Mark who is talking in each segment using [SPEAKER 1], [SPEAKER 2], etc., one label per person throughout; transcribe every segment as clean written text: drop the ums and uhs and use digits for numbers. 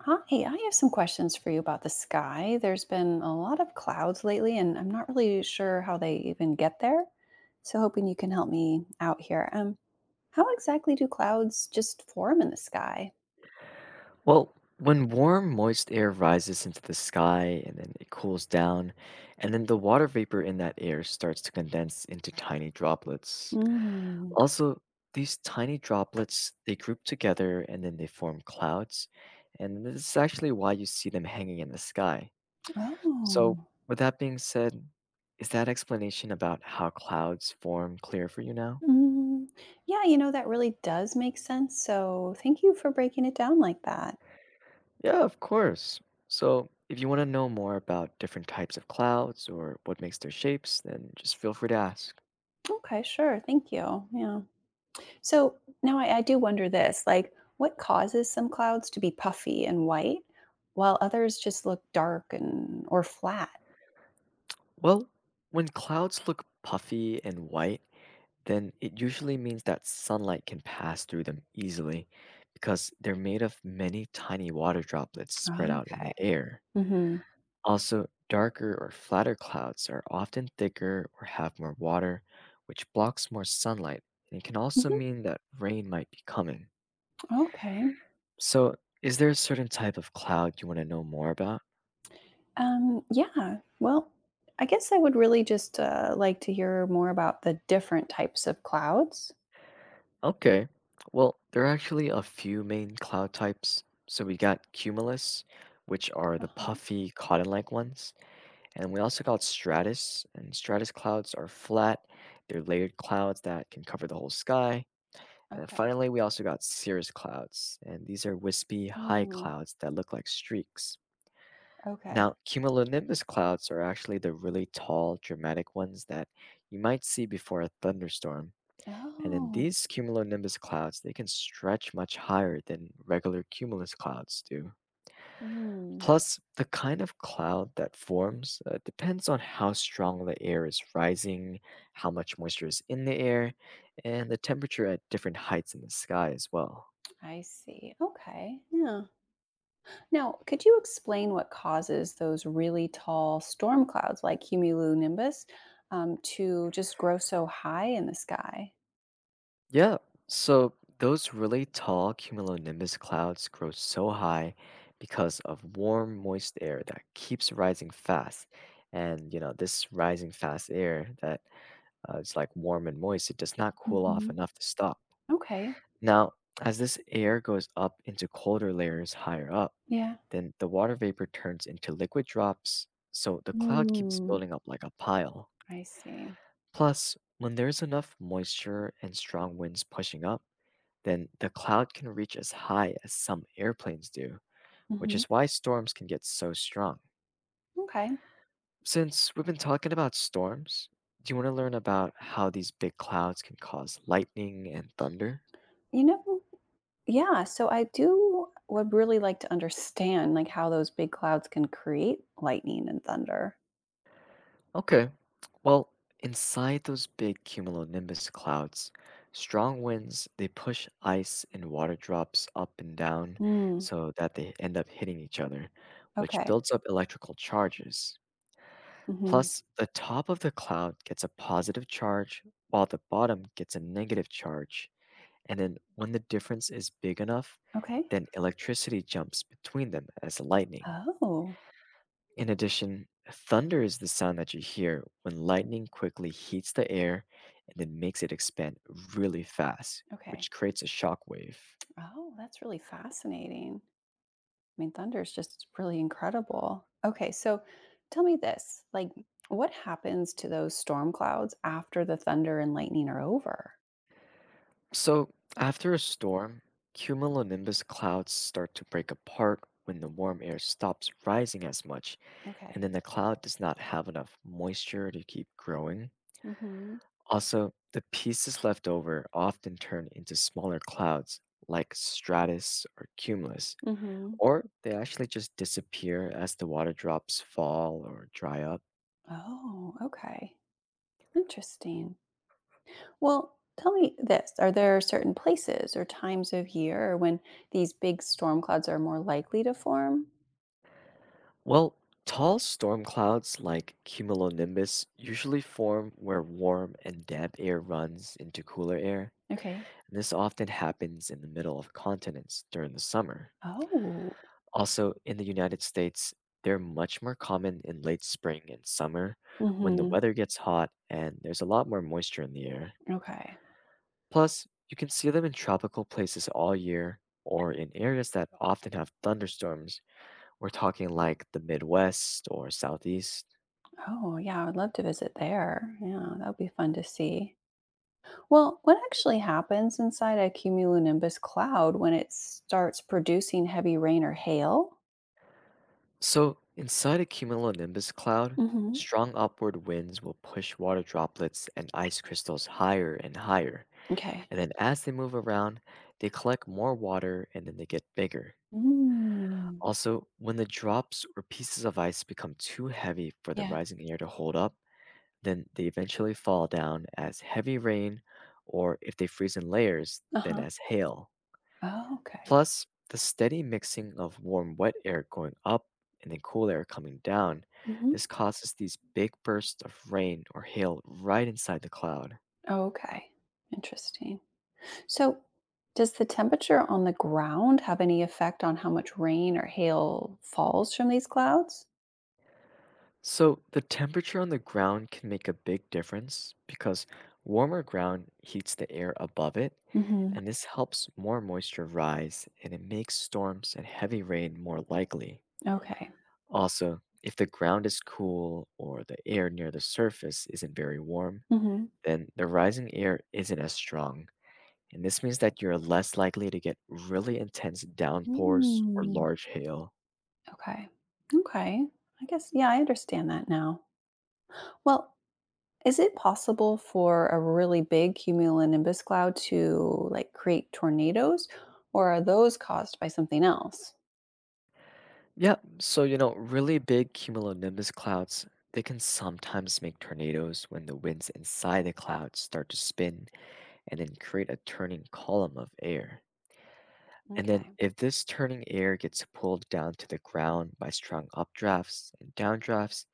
[SPEAKER 1] Hi, I have some questions for you about the sky. There's been a lot of clouds lately, and I'm not really sure how they even get there. So, hoping you can help me out here. How exactly do clouds just form in the sky?
[SPEAKER 2] Well, when warm, moist air rises into the sky and then it cools down, and then the water vapor in that air starts to condense into tiny droplets.
[SPEAKER 1] Mm.
[SPEAKER 2] Also, these tiny droplets, they group together and then they form clouds, and this is actually why you see them hanging in the sky.
[SPEAKER 1] Oh,
[SPEAKER 2] So, with that being said, is that explanation about how clouds form clear for you now?
[SPEAKER 1] mm. Yeah, that really does make sense. So, thank you for breaking it down like that.
[SPEAKER 2] Yeah, of course. So, if you want to know more about different types of clouds or what makes their shapes, then just feel free to ask.
[SPEAKER 1] Okay, sure. Thank you. Yeah. So Now I do wonder this, like, what causes some clouds to be puffy and white while others just look dark and or flat?
[SPEAKER 2] Well, when clouds look puffy and white, then it usually means that sunlight can pass through them easily because they're made of many tiny water droplets spread out in the
[SPEAKER 1] Okay.
[SPEAKER 2] air.
[SPEAKER 1] Hmm.
[SPEAKER 2] Also, darker or flatter clouds are often thicker or have more water, which blocks more sunlight, and it can also
[SPEAKER 1] Hmm.
[SPEAKER 2] mean that rain might be coming.
[SPEAKER 1] Okay.
[SPEAKER 2] So, is there a certain type of cloud you want to know more about?
[SPEAKER 1] Yeah. Well, I guess I would really just like to hear more about the different types of clouds.
[SPEAKER 2] Okay. Well, there are actually a few main cloud types. So, we got cumulus, which are the
[SPEAKER 1] Uh-huh.
[SPEAKER 2] puffy, cotton like ones. And we also got stratus. And stratus clouds are flat, they're layered clouds that can cover the whole sky. And
[SPEAKER 1] Okay.
[SPEAKER 2] finally, we also got cirrus clouds. And these are wispy, high
[SPEAKER 1] Hmm.
[SPEAKER 2] clouds that look like streaks.
[SPEAKER 1] Okay.
[SPEAKER 2] Now, cumulonimbus clouds are actually the really tall, dramatic ones that you might see before a thunderstorm. And in
[SPEAKER 1] Oh.
[SPEAKER 2] these cumulonimbus clouds, they can stretch much higher than regular cumulus clouds do.
[SPEAKER 1] Hmm.
[SPEAKER 2] Plus, the kind of cloud that forms depends on how strong the air is rising, how much moisture is in the air, and the temperature at different heights in the sky as well.
[SPEAKER 1] I see. Okay. Yeah. Now, could you explain what causes those really tall storm clouds like cumulonimbus, to just grow so high in the sky?
[SPEAKER 2] Yeah, so those really tall cumulonimbus clouds grow so high because of warm, moist air that keeps rising fast. And, you know, this rising fast air that is like warm and moist, it does not cool off
[SPEAKER 1] Hmm.
[SPEAKER 2] enough to stop.
[SPEAKER 1] Okay.
[SPEAKER 2] Now, as this air goes up into colder layers higher up,
[SPEAKER 1] Yeah.
[SPEAKER 2] then the water vapor turns into liquid drops, so the cloud keeps
[SPEAKER 1] Mm,
[SPEAKER 2] building up like a pile.
[SPEAKER 1] I see.
[SPEAKER 2] Plus, when there's enough moisture and strong winds pushing up, then the cloud can reach as high as some airplanes do, which
[SPEAKER 1] Hmm.
[SPEAKER 2] is why storms can get so strong.
[SPEAKER 1] Okay.
[SPEAKER 2] Since we've been talking about storms, do you want to learn about how these big clouds can cause lightning and thunder?
[SPEAKER 1] You know, yeah. So I do would really like to understand, like, how those big clouds can create lightning and thunder.
[SPEAKER 2] Okay, well, inside those big cumulonimbus clouds, strong winds they push ice and water drops up and down
[SPEAKER 1] Mm,
[SPEAKER 2] so that they end up hitting each other, which
[SPEAKER 1] okay.
[SPEAKER 2] builds up electrical charges.
[SPEAKER 1] Hmm.
[SPEAKER 2] Plus, the top of the cloud gets a positive charge, while the bottom gets a negative charge. And then, when the difference is big enough,
[SPEAKER 1] Okay.
[SPEAKER 2] then electricity jumps between them as lightning.
[SPEAKER 1] Oh.
[SPEAKER 2] In addition, thunder is the sound that you hear when lightning quickly heats the air and then makes it expand really fast,
[SPEAKER 1] Okay.
[SPEAKER 2] which creates a shock wave.
[SPEAKER 1] Oh, that's really fascinating. I mean, thunder is just really incredible. Okay, so tell me this, like, what happens to those storm clouds after the thunder and lightning are over?
[SPEAKER 2] So, after a storm, cumulonimbus clouds start to break apart when the warm air stops rising as much and
[SPEAKER 1] Okay.
[SPEAKER 2] then the cloud does not have enough moisture to keep growing.
[SPEAKER 1] Mm hmm.
[SPEAKER 2] Also, the pieces left over often turn into smaller clouds like stratus or cumulus,
[SPEAKER 1] Mm hmm.
[SPEAKER 2] or they actually just disappear as the water drops fall or dry up.
[SPEAKER 1] Oh, okay. Interesting. Well, tell me this. Are there certain places or times of year when these big storm clouds are more likely to form?
[SPEAKER 2] Well, tall storm clouds like cumulonimbus usually form where warm and damp air runs into cooler air,
[SPEAKER 1] Okay.
[SPEAKER 2] and this often happens in the middle of continents during the summer.
[SPEAKER 1] Oh.
[SPEAKER 2] Also, in the United States, they're much more common in late spring and summer when the
[SPEAKER 1] Mm
[SPEAKER 2] weather gets hot and there's a lot more moisture in the air.
[SPEAKER 1] hmm. Okay.
[SPEAKER 2] Plus, you can see them in tropical places all year or in areas that often have thunderstorms. We're talking like the Midwest or Southeast.
[SPEAKER 1] Oh, yeah. I would love to visit there. Yeah, that would be fun to see. Well, what actually happens inside a cumulonimbus cloud when it starts producing heavy rain or hail?
[SPEAKER 2] So, inside a cumulonimbus cloud,
[SPEAKER 1] Hmm.
[SPEAKER 2] strong upward winds will push water droplets and ice crystals higher and higher.
[SPEAKER 1] Okay.
[SPEAKER 2] And then as they move around, they collect more water and then they get bigger.
[SPEAKER 1] Mm,
[SPEAKER 2] Also, when the drops or pieces of ice become too heavy for the
[SPEAKER 1] yeah.
[SPEAKER 2] rising air to hold up, then they eventually fall down as heavy rain, or if they freeze in layers,
[SPEAKER 1] Uh
[SPEAKER 2] then
[SPEAKER 1] huh.
[SPEAKER 2] as hail.
[SPEAKER 1] Oh, okay.
[SPEAKER 2] Plus, the steady mixing of warm, wet air going up and then cool air coming down, this
[SPEAKER 1] Hmm.
[SPEAKER 2] causes these big bursts of rain or hail right inside the cloud.
[SPEAKER 1] Okay. Interesting. So, does the temperature on the ground have any effect on how much rain or hail falls from these clouds?
[SPEAKER 2] So, the temperature on the ground can make a big difference because warmer ground heats the air above it,
[SPEAKER 1] Hmm.
[SPEAKER 2] and this helps more moisture rise and it makes storms and heavy rain more likely.
[SPEAKER 1] Okay.
[SPEAKER 2] Also, if the ground is cool or the air near the surface isn't very warm,
[SPEAKER 1] Hmm.
[SPEAKER 2] then the rising air isn't as strong. And this means that you're less likely to get really intense downpours or
[SPEAKER 1] Mm,
[SPEAKER 2] large hail.
[SPEAKER 1] okay. Okay. I guess, yeah, I understand that now. Well, is it possible for a really big cumulonimbus cloud to, like, create tornadoes, or are those caused by something else?
[SPEAKER 2] Yeah, so you know, really big cumulonimbus clouds, they can sometimes make tornadoes when the winds inside the cloud start to spin and then create a turning column of air. And then
[SPEAKER 1] Okay.
[SPEAKER 2] if this turning air gets pulled down to the ground by strong updrafts and downdrafts,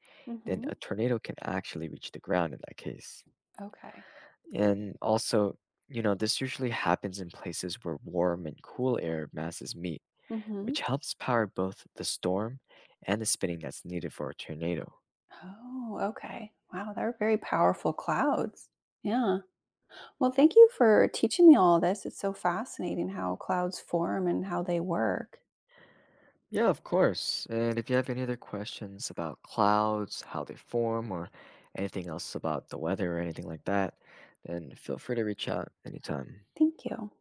[SPEAKER 2] then
[SPEAKER 1] Hmm.
[SPEAKER 2] a tornado can actually reach the ground in that case.
[SPEAKER 1] Okay.
[SPEAKER 2] And also, you know, this usually happens in places where warm and cool air masses meet
[SPEAKER 1] Hmm.
[SPEAKER 2] which helps power both the storm and the spinning that's needed for a tornado.
[SPEAKER 1] Oh, okay. Wow, they're very powerful clouds. Yeah. Well, thank you for teaching me all this. It's so fascinating how clouds form and how they work.
[SPEAKER 2] Yeah, of course. And if you have any other questions about clouds, how they form, or anything else about the weather or anything like that, then feel free to reach out anytime.
[SPEAKER 1] Thank you.